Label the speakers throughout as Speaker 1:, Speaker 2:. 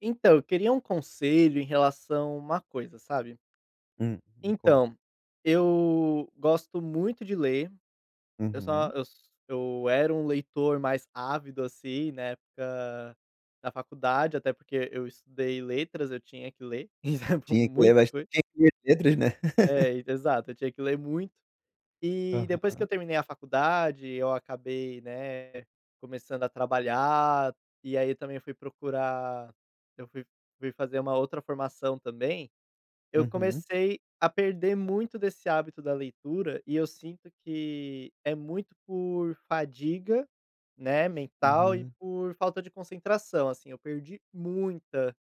Speaker 1: Então, eu queria um conselho em relação a uma coisa, sabe.
Speaker 2: Me conta.
Speaker 1: Então, eu gosto muito de ler, eu só
Speaker 2: Uhum.
Speaker 1: eu s eu era um leitor mais ávido, assim, na época da faculdade, até porque eu estudei letras, eu tinha que ler, então
Speaker 2: Tinha que
Speaker 1: muita
Speaker 2: levar
Speaker 1: coisa.
Speaker 2: tinha que ler letras, né.
Speaker 1: É, exato, eu tinha que ler muito. E depois que eu
Speaker 2: Aham.
Speaker 1: terminei a faculdade, eu acabei, né, começando a trabalhar, e aí também fui procurar eu fui fui fazer uma outra formação também. Eu
Speaker 2: Uhum.
Speaker 1: comecei a perder muito desse hábito da leitura e eu sinto que é muito por fadiga, né, mental e
Speaker 2: Uhum.
Speaker 1: por falta de concentração, assim, eu perdi muita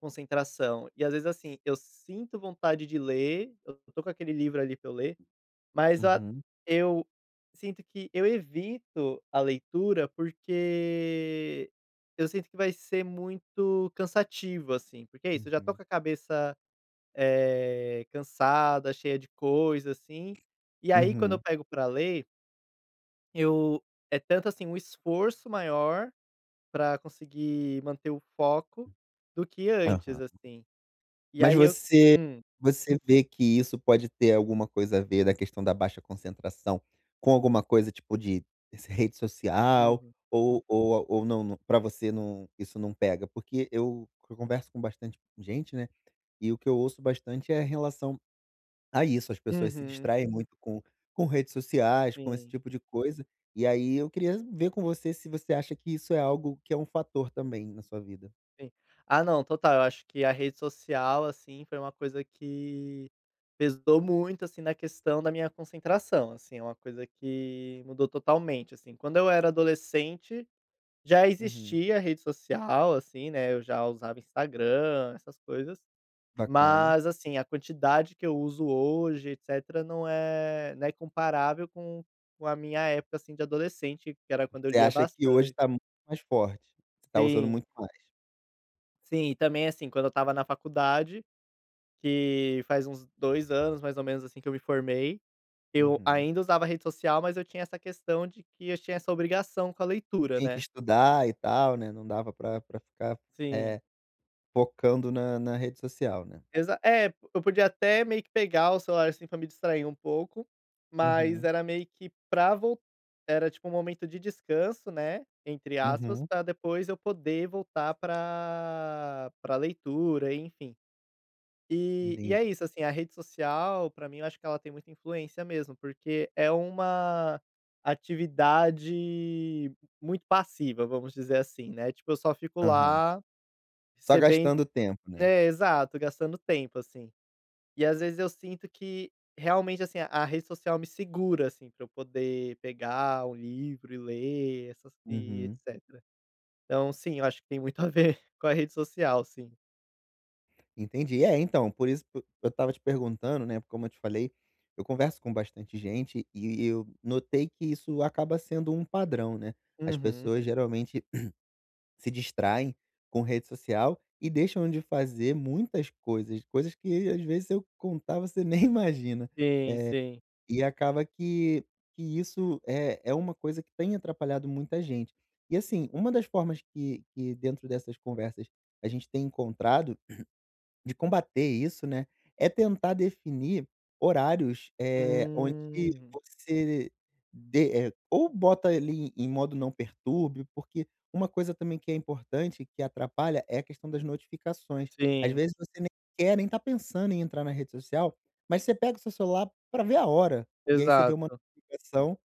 Speaker 1: concentração. E às vezes, assim, eu sinto vontade de ler, eu tô com aquele livro ali para eu ler, mas a
Speaker 2: Uhum.
Speaker 1: eu sinto que eu evito a leitura, porque eu sinto que vai ser muito cansativo, assim, porque é isso, eu já tô
Speaker 2: Uhum.
Speaker 1: com a cabeça cansada, cheia de coisa, assim. E aí quando eu
Speaker 2: Uhum.
Speaker 1: pego pra ler, eu é tanto, assim, um esforço maior pra conseguir manter o foco do que antes,
Speaker 2: Aham.
Speaker 1: assim. E
Speaker 2: Mas
Speaker 1: aí eu
Speaker 2: você
Speaker 1: Hum.
Speaker 2: você vê que isso pode ter alguma coisa a ver da questão da baixa concentração com alguma coisa tipo de rede social
Speaker 1: Uhum.
Speaker 2: ou não pra você não isso não pega? Porque eu converso com bastante gente, né, e o que eu ouço bastante é a relação. Ah, isso, as pessoas se
Speaker 1: Uhum.
Speaker 2: distraem muito com redes sociais, com esse
Speaker 1: Sim,
Speaker 2: tipo de coisa, e aí eu queria ver com você se você acha que isso é algo que é um fator também na sua vida.
Speaker 1: sim. Ah, não, total, eu acho que a rede social, assim, foi uma coisa que pesou muito, assim, na questão da minha concentração, assim, é uma coisa que mudou totalmente, assim. Quando eu era adolescente, já
Speaker 2: Uhum,
Speaker 1: existia rede social, assim, né, eu já usava Instagram, essas coisas,
Speaker 2: bacana.
Speaker 1: mas, assim, a quantidade que eu uso hoje, etcétera, não é comparável com a minha época, assim, de adolescente, que era quando eu
Speaker 2: Você
Speaker 1: lia
Speaker 2: acha que hoje
Speaker 1: bastante.
Speaker 2: tá muito mais forte, você tá usando
Speaker 1: Sim,
Speaker 2: muito mais.
Speaker 1: sim, e também, assim, quando eu estava na faculdade, que faz uns 2 anos, mais ou menos, assim, que eu me formei, eu
Speaker 2: Uhum.
Speaker 1: ainda usava rede social, mas eu tinha essa questão de que eu tinha essa obrigação com a leitura,
Speaker 2: Tinha que
Speaker 1: né.
Speaker 2: estudar e tal, né, não dava pra ficar,
Speaker 1: Sim.
Speaker 2: eh, focando na na rede social, né.
Speaker 1: Exa é, eu podia até meio que pegar o celular, assim, pra me distrair um pouco, mas
Speaker 2: Uhum,
Speaker 1: era meio que pra vol era tipo um momento de descanso, né, entre aspas,
Speaker 2: uhum,
Speaker 1: pra depois eu poder voltar pra leitura, enfim. E
Speaker 2: entendi.
Speaker 1: é isso, assim, a rede social, pra mim, eu acho que ela tem muita influência mesmo, porque é uma atividade muito passiva, vamos dizer assim, né, tipo, eu só fico
Speaker 2: Aham.
Speaker 1: lá.
Speaker 2: Só
Speaker 1: Receber
Speaker 2: gastando tempo, né.
Speaker 1: É, exato, gastando tempo, assim. E às vezes eu sinto que realmente, assim, a rede social me segura, assim, para eu poder pegar um livro e ler, essas e
Speaker 2: Uhum.
Speaker 1: etcétera. Então sim, eu acho que tem muito a ver com a rede social, sim.
Speaker 2: Entendi. É, então, por isso p eu estava te perguntando, né, como eu te falei, eu converso com bastante gente e eu notei que isso acaba sendo um padrão, né. As
Speaker 1: Uhum.
Speaker 2: pessoas geralmente se distraem com rede social e deixam de fazer muitas coisas, coisas que às vezes se eu contar você nem imagina.
Speaker 1: Sim, sim.
Speaker 2: E acaba que isso é uma coisa que tem atrapalhado muita gente. E assim, uma das formas que dentro dessas conversas a gente tem encontrado de combater isso, né, é tentar definir horários, onde
Speaker 1: Hum.
Speaker 2: você dê, ou bota ali em modo não perturbe, porque uma coisa também que é importante, que atrapalha, é a questão das notificações. Às
Speaker 1: Sim,
Speaker 2: vezes você nem quer, nem tá pensando em entrar na rede social, mas você pega o seu celular para ver a hora, e aí você vê uma
Speaker 1: exato.
Speaker 2: notificação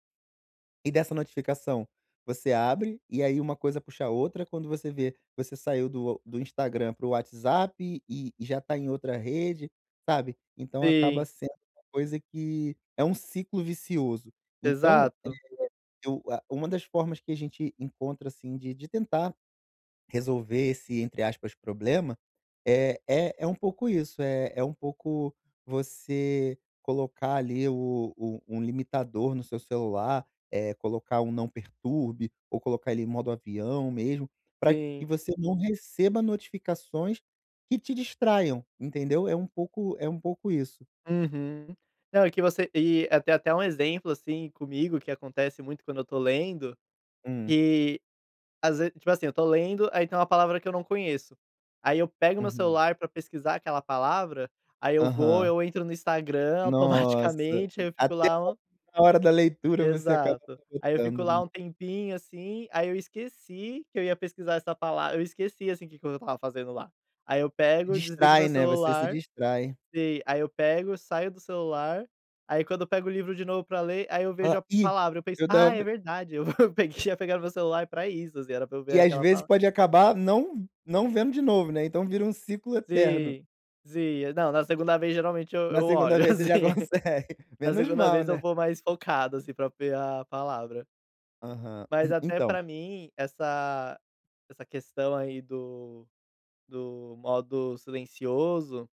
Speaker 2: e dessa notificação, você abre e aí uma coisa puxa a outra, quando você vê, você saiu do Instagram para o WhatsApp e já está em outra rede, sabe. Então acaba
Speaker 1: Sim,
Speaker 2: sendo uma coisa que é um ciclo vicioso. Então,
Speaker 1: exato.
Speaker 2: eu a uma das formas que a gente encontra, assim, de tentar resolver esse, entre aspas, "problema", é um pouco isso, é um pouco você colocar ali o um limitador no seu celular, é colocar um "não perturbe" ou colocar ele em modo avião mesmo, para que
Speaker 1: Sim.
Speaker 2: você não receba notificações que te distraiam, entendeu? É um pouco isso.
Speaker 1: Uhum. Não, e que você e até até um exemplo, assim, comigo que acontece muito quando eu tô lendo,
Speaker 2: Hum,
Speaker 1: que Às ve tipo assim, eu tô lendo, aí tem uma palavra que eu não conheço. Aí eu pego meu
Speaker 2: uhum.
Speaker 1: celular pra pesquisar aquela palavra, aí eu vou,
Speaker 2: Aham.
Speaker 1: eu entro no Instagram
Speaker 2: Nossa,
Speaker 1: automaticamente, aí eu fico
Speaker 2: até
Speaker 1: lá um
Speaker 2: na hora da leitura você acaba
Speaker 1: exato. Aí eu fico
Speaker 2: sabotando,
Speaker 1: lá
Speaker 2: né.
Speaker 1: um tempinho, assim, aí eu esqueci que eu ia pesquisar essa palavra, eu esqueci, assim, o que que eu estava fazendo lá. Aí eu
Speaker 2: Se
Speaker 1: pego, desligo
Speaker 2: distrai,
Speaker 1: meu
Speaker 2: né, você se
Speaker 1: celular.
Speaker 2: distrai.
Speaker 1: Sim, aí eu pego, saio do celular, aí quando eu pego o livro de novo pra ler, aí eu vejo
Speaker 2: Ela
Speaker 1: a
Speaker 2: e
Speaker 1: palavra, eu penso:
Speaker 2: eu
Speaker 1: "Ah, é
Speaker 2: tava
Speaker 1: verdade, eu peguei ia pegar meu celular pra isso, assim, era pra eu ver
Speaker 2: e às
Speaker 1: aquela
Speaker 2: vezes
Speaker 1: palavra."
Speaker 2: pode acabar não vendo de novo, né, então vira um ciclo eterno.
Speaker 1: Sim, sim. É, não, na segunda vez geralmente eu
Speaker 2: Na
Speaker 1: eu
Speaker 2: segunda
Speaker 1: olho,
Speaker 2: vez você já
Speaker 1: assim.
Speaker 2: consegue,
Speaker 1: Na
Speaker 2: menos
Speaker 1: segunda
Speaker 2: mal,
Speaker 1: vez eu
Speaker 2: né.
Speaker 1: vou mais focado, assim, pra ver a palavra.
Speaker 2: Aham.
Speaker 1: Mas até
Speaker 2: Então
Speaker 1: pra mim, essa questão aí do modo silencioso,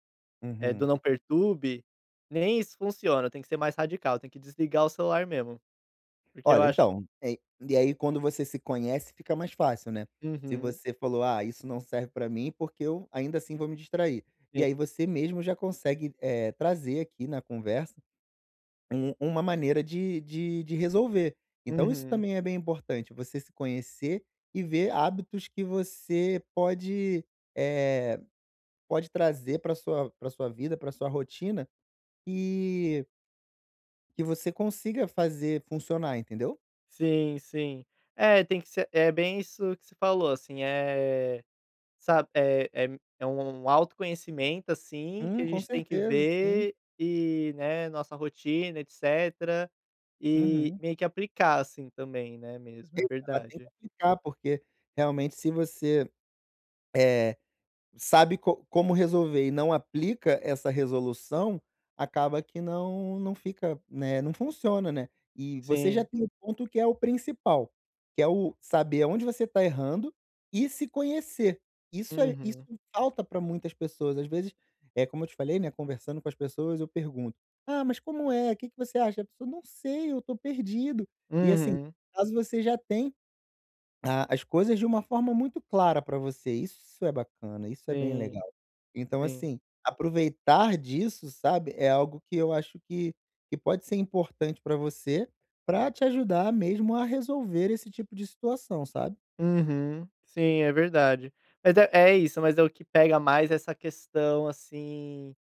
Speaker 1: é do
Speaker 2: uhum.
Speaker 1: não perturbe, nem isso funciona, tem que ser mais radical, tem que desligar o celular mesmo, porque eu
Speaker 2: Olha,
Speaker 1: acho.
Speaker 2: então, e aí quando você se conhece fica mais fácil, né. Se
Speaker 1: Uhum,
Speaker 2: você falou: "Ah, isso não serve pra mim porque eu ainda assim vou me distrair". E
Speaker 1: sim.
Speaker 2: aí você mesmo já consegue, trazer aqui na conversa um uma maneira de resolver. Então isso
Speaker 1: Uhum.
Speaker 2: também é bem importante, você se conhecer e ver hábitos que você pode, eh, pode trazer para sua vida, para sua rotina, e que você consiga fazer funcionar, entendeu?
Speaker 1: Sim, sim. É, tem que ser é bem isso que você falou, assim, é. Sabe, é é é um autoconhecimento, assim, que a
Speaker 2: Com
Speaker 1: gente tem que
Speaker 2: certeza, sim.
Speaker 1: ver e, né, nossa rotina, etcétera, e
Speaker 2: Uhum.
Speaker 1: meio que aplicar, assim, também, né, mesmo, é
Speaker 2: Exato, tem que
Speaker 1: verdade.
Speaker 2: aplicar, porque realmente se você sabe co como resolver e não aplica essa resolução, acaba que não fica, né, não funciona, né. E você já
Speaker 1: Sim.
Speaker 2: tem o ponto que é o principal, que é o saber onde você está errando e se conhecer. Isso
Speaker 1: Uhum.
Speaker 2: falta para muitas pessoas. Às vezes, é como eu te falei, né, conversando com as pessoas eu pergunto: "Ah, mas como é? O Que que você acha?" A pessoa: "Não sei, eu tô perdido". E assim,
Speaker 1: Uhum.
Speaker 2: caso você já tem a as coisas de uma forma muito clara para você, isso é bacana, isso é bem legal.
Speaker 1: Sim,
Speaker 2: Então,
Speaker 1: sim.
Speaker 2: assim, aproveitar disso, sabe, é algo que eu acho que pode ser importante para você, para te ajudar mesmo a resolver esse tipo de situação, sabe?
Speaker 1: Uhum. Sim, é verdade. Mas é é isso, mas é o que pega mais essa questão, assim,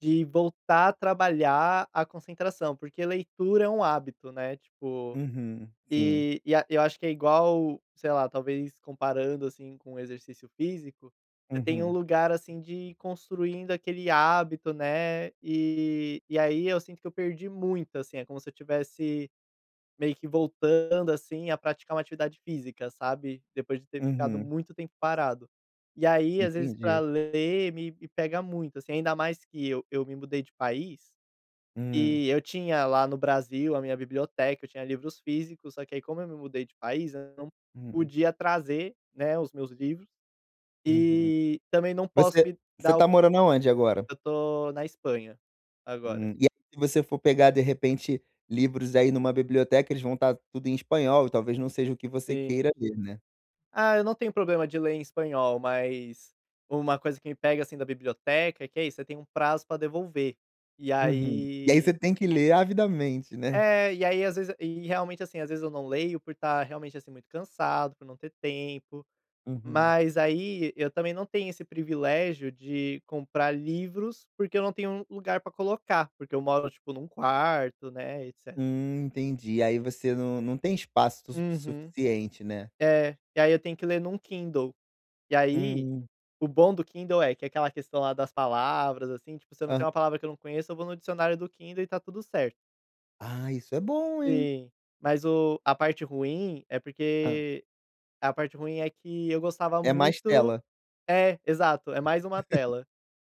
Speaker 1: de voltar a trabalhar a concentração, porque leitura é um hábito, né, tipo.
Speaker 2: Uhum, sim.
Speaker 1: E a eu acho que é igual, sei lá, talvez comparando, assim, com o exercício físico, você tem um
Speaker 2: Uhum,
Speaker 1: lugar, assim, de ir construindo aquele hábito, né, e aí eu sinto que eu perdi muito, assim, é como se eu tivesse meio que voltando, assim, a praticar uma atividade física, sabe, depois de ter ficado
Speaker 2: uhum,
Speaker 1: muito tempo parado. E aí, às vezes, para
Speaker 2: entendi.
Speaker 1: ler me pega muito, assim, ainda mais que eu me mudei de país
Speaker 2: Hum,
Speaker 1: e eu tinha lá no Brasil a minha biblioteca, eu tinha livros físicos, só que aí como eu me mudei de país, eu não
Speaker 2: hum,
Speaker 1: podia trazer, né, os meus livros,
Speaker 2: uhum.
Speaker 1: e também não posso
Speaker 2: Você
Speaker 1: me
Speaker 2: você
Speaker 1: dar o...
Speaker 2: tá morando aonde agora?
Speaker 1: Eu tô na Espanha agora.
Speaker 2: E aí se você for pegar de repente livros aí numa biblioteca, eles vão estar tudo em espanhol, talvez não seja o que você
Speaker 1: Sim.
Speaker 2: queira ler, né.
Speaker 1: Ah, eu não tenho problema de ler em espanhol, mas uma coisa que me pega, assim, da biblioteca é que é isso, você tem um prazo pra devolver. E
Speaker 2: Uhum. E aí você
Speaker 1: aí
Speaker 2: tem que ler avidamente, né.
Speaker 1: é, e aí às vezes e realmente, assim, às vezes eu não leio por estar realmente, assim, muito cansado, por não ter tempo.
Speaker 2: Uhum.
Speaker 1: Mas aí eu também não tenho esse privilégio de comprar livros, porque eu não tenho um lugar pra colocar, porque eu moro, tipo, num quarto, né, etc.
Speaker 2: Entendi. Aí você não tem espaço su
Speaker 1: Uhum.
Speaker 2: suficiente, né.
Speaker 1: É, e aí eu tenho que ler num Kindle. E aí,
Speaker 2: Hum.
Speaker 1: o bom do Kindle é que é aquela questão lá das palavras, assim, tipo, se eu não tenho
Speaker 2: Hã.
Speaker 1: uma palavra que eu não conheço, eu vou no dicionário do Kindle e tá tudo certo.
Speaker 2: Ah, isso é bom, hein.
Speaker 1: Sim, mas o
Speaker 2: Hã.
Speaker 1: a parte ruim é que eu gostava
Speaker 2: É mais
Speaker 1: muito.
Speaker 2: tela.
Speaker 1: É, exato, é mais uma tela.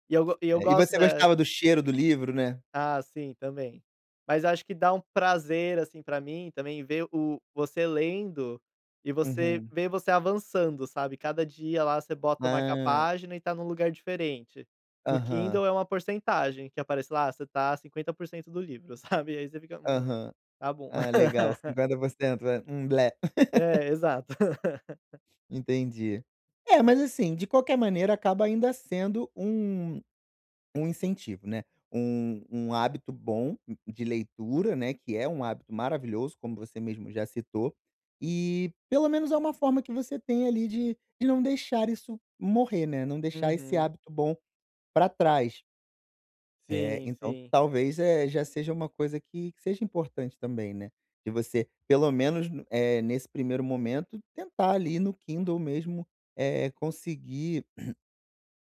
Speaker 1: E eu
Speaker 2: É. E
Speaker 1: gosto
Speaker 2: você
Speaker 1: da...
Speaker 2: gostava do cheiro do livro, né.
Speaker 1: Ah, sim, também. Mas acho que dá um prazer, assim, pra mim também ver o você lendo e você
Speaker 2: Uhum.
Speaker 1: ver você avançando, sabe. Cada dia lá você bota o
Speaker 2: Ah.
Speaker 1: marca-página e tá num lugar diferente. No
Speaker 2: Aham.
Speaker 1: Kindle é uma porcentagem que aparece lá, você tá 50% do livro, sabe. Aí você fica:
Speaker 2: Aham.
Speaker 1: tá bom".
Speaker 2: Ah, legal, 50%. É.
Speaker 1: É, exato.
Speaker 2: Entendi. É, mas assim, de qualquer maneira acaba ainda sendo um um incentivo, né, um um hábito bom de leitura, né, que é um hábito maravilhoso, como você mesmo já citou, e pelo menos é uma forma que você tem ali de não deixar isso morrer, né, não deixar esse
Speaker 1: Uhum.
Speaker 2: hábito bom para trás. É,
Speaker 1: Sim,
Speaker 2: então
Speaker 1: sim,
Speaker 2: talvez, já seja uma coisa que seja importante também, né, de você pelo menos no nesse primeiro momento tentar ali no Kindle mesmo, eh, conseguir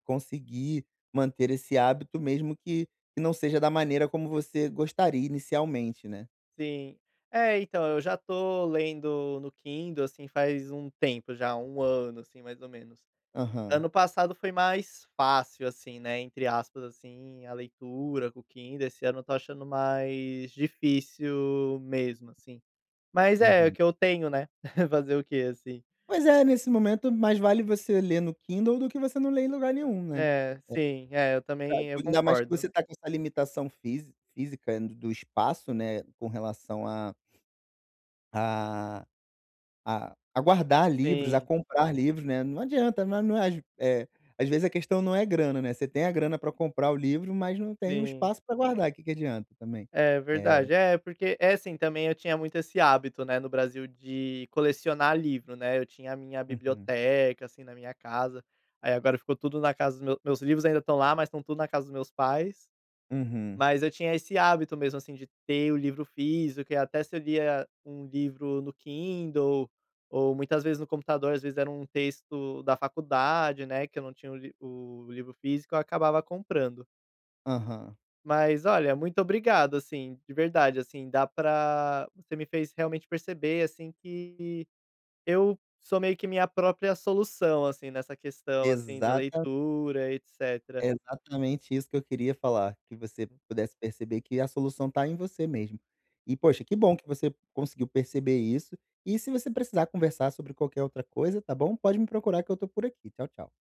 Speaker 2: conseguir manter esse hábito mesmo que não seja da maneira como você gostaria inicialmente, né.
Speaker 1: sim. É, então, eu já tô lendo no Kindle, assim, faz um tempo já, um ano, assim, mais ou menos.
Speaker 2: Aham,
Speaker 1: Ano passado foi mais fácil, assim, né, entre aspas, assim, a leitura com o Kindle, esse ano eu tô achando mais difícil mesmo, assim. Mas é, é o
Speaker 2: uhum.
Speaker 1: que eu tenho, né, fazer o quê, assim.
Speaker 2: Pois é, nesse momento mais vale você ler no Kindle do que você não ler em lugar nenhum, né.
Speaker 1: É, sim, é, eu
Speaker 2: Ca
Speaker 1: também eu
Speaker 2: Ainda mais que
Speaker 1: concordo.
Speaker 2: você tá com essa limitação fisi física do espaço, né, com relação A a guardar livros, a
Speaker 1: Sim,
Speaker 2: comprar livros, né, não adianta, não é às, às vezes a questão não é grana, né, você tem a grana para comprar o livro, mas não tem o
Speaker 1: sim.
Speaker 2: espaço para guardar, o que que adianta também.
Speaker 1: É
Speaker 2: É.
Speaker 1: verdade. É, porque é assim, também eu tinha muito esse hábito, né, no Brasil de colecionar livro, né, eu tinha a minha
Speaker 2: Uhum.
Speaker 1: biblioteca, assim, na minha casa, aí agora ficou tudo na casa dos meus. Meus livros ainda estão lá, mas estão tudo na casa dos meus pais.
Speaker 2: Uhum.
Speaker 1: Mas eu tinha esse hábito mesmo, assim, de ter o livro físico e até se eu lia um livro no Kindle ou muitas vezes no computador, às vezes era um texto da faculdade, né, que eu não tinha o livro físico, eu acabava comprando.
Speaker 2: Aham.
Speaker 1: Mas olha, muito obrigado, assim, de verdade, assim, dá pra você me fez realmente perceber, assim, que eu sou meio que minha própria solução, assim, nessa questão, assim, da
Speaker 2: Exata
Speaker 1: leitura, etcétera.
Speaker 2: É exatamente isso que eu queria falar, que você pudesse perceber que a solução está em você mesmo. E poxa, que bom que você conseguiu perceber isso, e se você precisar conversar sobre qualquer outra coisa, tá bom, pode me procurar que eu tô por aqui. Tchau, tchau.